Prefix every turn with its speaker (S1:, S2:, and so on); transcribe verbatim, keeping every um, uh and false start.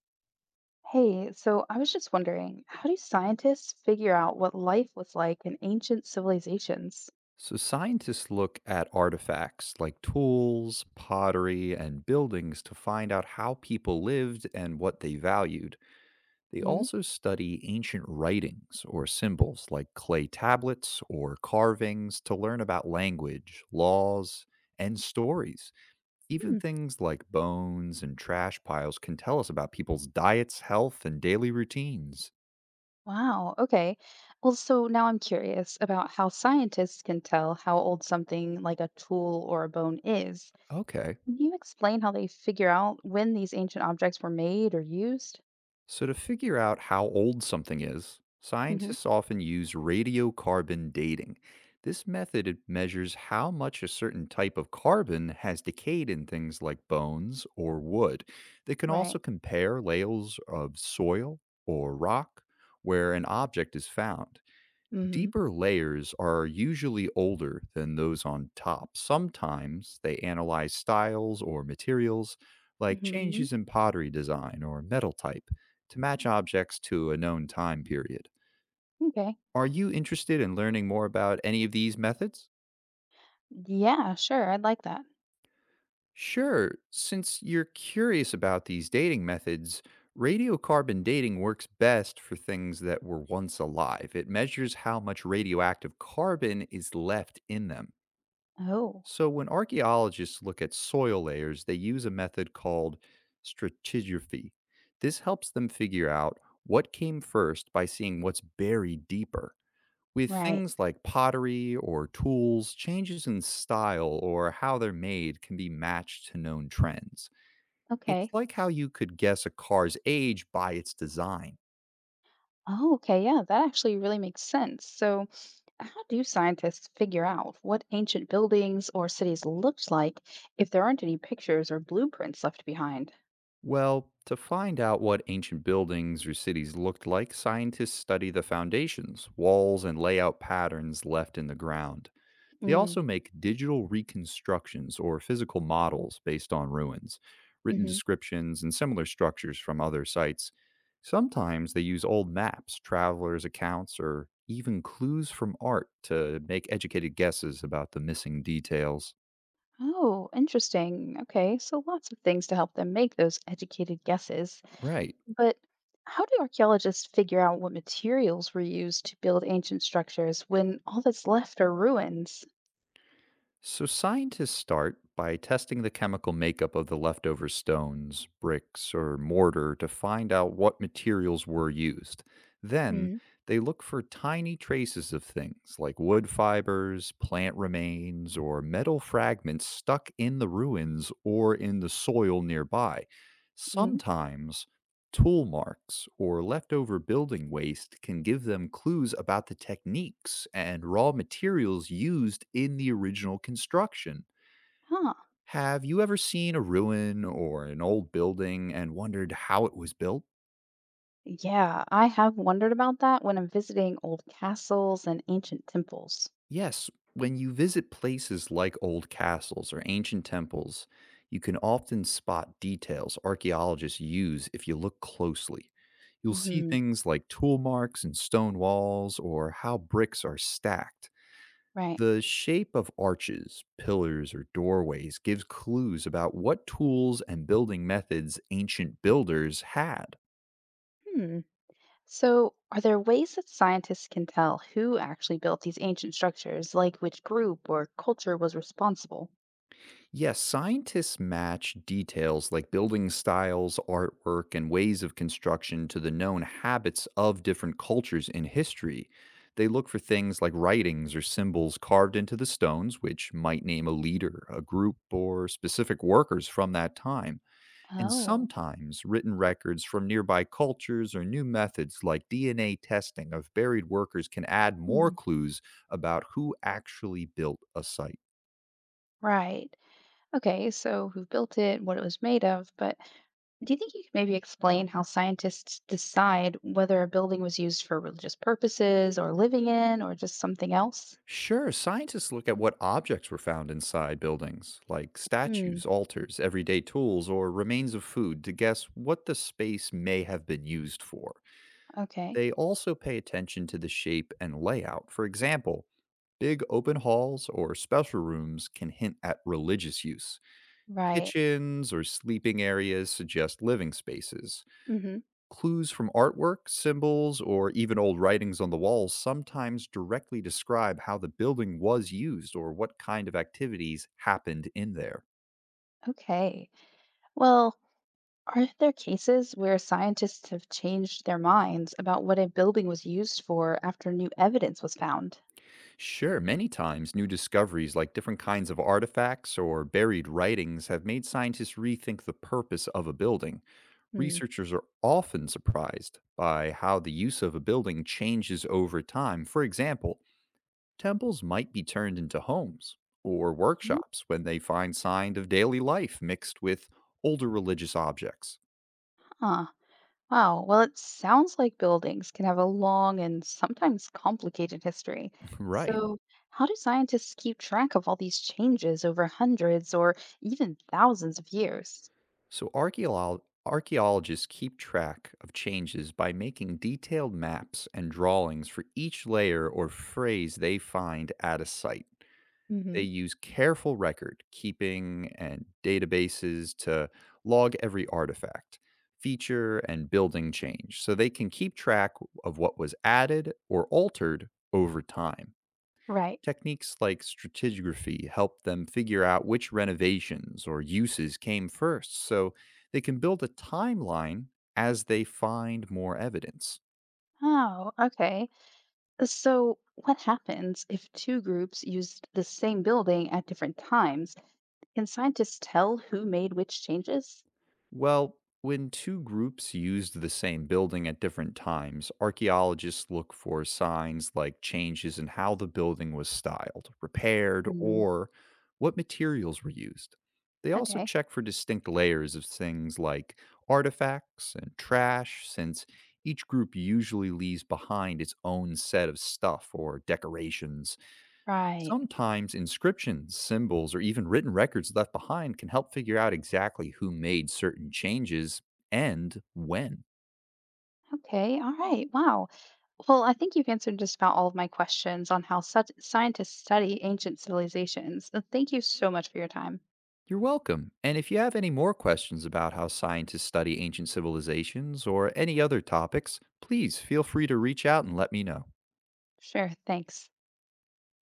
S1: Hey, so I was just wondering, how do scientists figure out what life was like in ancient civilizations?
S2: So, scientists look at artifacts like tools, pottery, and buildings to find out how people lived and what they valued. They
S1: hmm
S2: also study ancient writings or symbols like clay tablets or carvings to learn about language, laws, and stories. Even
S1: Hmm,
S2: things like bones and trash piles can tell us about people's diets, health, and daily routines.
S1: wow, okay. Well, so now I'm curious about how scientists can tell how old something like a tool or a bone is.
S2: Okay.
S1: Can you explain how they figure out when these ancient objects were made or used?
S2: So, to figure out how old something is,
S1: hmm
S2: scientists often use radiocarbon dating. This method it measures how much a certain type of carbon has decayed in things like bones or wood. They can
S1: Right.
S2: also compare layers of soil or rock where an object is found.
S1: hmm
S2: Deeper layers are usually older than those on top. Sometimes they analyze styles or materials, like
S1: hmm
S2: changes in pottery design or metal type, to match objects to a known time period.
S1: Okay.
S2: Are you interested in learning more about any of these methods?
S1: Yeah, sure. I'd like that.
S2: Sure, since you're curious about these dating methods, radiocarbon dating works best for things that were once alive. It measures how much radioactive carbon is left in them.
S1: Oh,
S2: So, when archaeologists look at soil layers, they use a method called stratigraphy. This helps them figure out what came first by seeing what's buried deeper. With
S1: right.
S2: things like pottery or tools, changes in style or how they're made can be matched to known trends. It's
S1: Okay.
S2: like how you could guess a car's age by its design.
S1: Oh, okay. Yeah, that actually really makes sense. So, how do scientists figure out what ancient buildings or cities looked like if there aren't any pictures or blueprints left behind?
S2: Well, to find out what ancient buildings or cities looked like, scientists study the foundations, walls, and layout patterns left in the ground. They
S1: Mm,
S2: also make digital reconstructions or physical models based on ruins, written
S1: hmm
S2: descriptions, and similar structures from other sites. Sometimes they use old maps, travelers' accounts, or even clues from art to make educated guesses about the missing details.
S1: Oh, interesting. Okay, so lots of things to help them make those educated guesses.
S2: Right.
S1: But how do archaeologists figure out what materials were used to build ancient structures when all that's left are ruins?
S2: So, scientists start by testing the chemical makeup of the leftover stones, bricks, or mortar to find out what materials were used. Then
S1: mm
S2: they look for tiny traces of things like wood fibers, plant remains, or metal fragments stuck in the ruins or in the soil nearby.
S1: Mm,
S2: Sometimes tool marks or leftover building waste can give them clues about the techniques and raw materials used in the original construction.
S1: Huh.
S2: Have you ever seen a ruin or an old building and wondered how it was built?
S1: Yeah, I have wondered about that when I'm visiting old castles and ancient temples.
S2: Yes, when you visit places like old castles or ancient temples, you can often spot details archaeologists use if you look closely. You'll see
S1: hmm
S2: things like tool marks and stone walls or how bricks are stacked.
S1: Right.
S2: The shape of arches, pillars, or doorways gives clues about what tools and building methods ancient builders had.
S1: Hmm. So, are there ways that scientists can tell who actually built these ancient structures, like which group or culture was responsible?
S2: Yes, scientists match details like building styles, artwork, and ways of construction to the known habits of different cultures in history. They look for things like writings or symbols carved into the stones, which might name a leader, a group, or specific workers from that time. And
S1: Oh,
S2: sometimes written records from nearby cultures or new methods like D N A testing of buried workers can add more
S1: hmm,
S2: clues about who actually built a site.
S1: right. Okay, so who built it, what it was made of, but do you think you could maybe explain how scientists decide whether a building was used for religious purposes or living in or just something else?
S2: Sure, scientists look at what objects were found inside buildings, like
S1: Hmm,
S2: statues, altars, everyday tools, or remains of food, to guess what the space may have been used for.
S1: okay,
S2: They also pay attention to the shape and layout. For example, big open halls or special rooms can hint at religious use.
S1: right.
S2: Kitchens or sleeping areas suggest living spaces.
S1: Mm-hmm.
S2: Clues from artwork, symbols, or even old writings on the walls sometimes directly describe how the building was used or what kind of activities happened in there.
S1: Okay. Well, are there cases where scientists have changed their minds about what a building was used for after new evidence was found?
S2: Sure, many times new discoveries like different kinds of artifacts or buried writings have made scientists rethink the purpose of a building.
S1: Hmm.
S2: Researchers are often surprised by how the use of a building changes over time. For example, temples might be turned into homes or
S1: Hmm?
S2: workshops when they find signs of daily life mixed with older religious objects.
S1: Huh. Wow. Well, it sounds like buildings can have a long and sometimes complicated history.
S2: Right.
S1: So, how do scientists keep track of all these changes over hundreds or even thousands of years?
S2: So archeolo- archaeologists keep track of changes by making detailed maps and drawings for each layer or phrase they find at a site. They
S1: hmm
S2: use careful record keeping and databases to log every artifact, feature, and building change so they can keep track of what was added or altered over time.
S1: Right.
S2: Techniques like stratigraphy help them figure out which renovations or uses came first so they can build a timeline as they find more evidence.
S1: Oh, okay. So, what happens if two groups used the same building at different times? Can scientists tell who made which changes?
S2: Well, when two groups used the same building at different times, archaeologists look for signs like changes in how the building was styled, repaired,
S1: Hmm.
S2: or what materials were used. They also
S1: Okay.
S2: check for distinct layers of things like artifacts and trash, since each group usually leaves behind its own set of stuff or decorations.
S1: Right.
S2: Sometimes inscriptions, symbols, or even written records left behind can help figure out exactly who made certain changes and when.
S1: Okay. All right. Wow. Well, I think you've answered just about all of my questions on how such scientists study ancient civilizations. Uh, Thank you so much for your time.
S2: You're welcome. And if you have any more questions about how scientists study ancient civilizations or any other topics, please feel free to reach out and let me know.
S1: Sure. Thanks.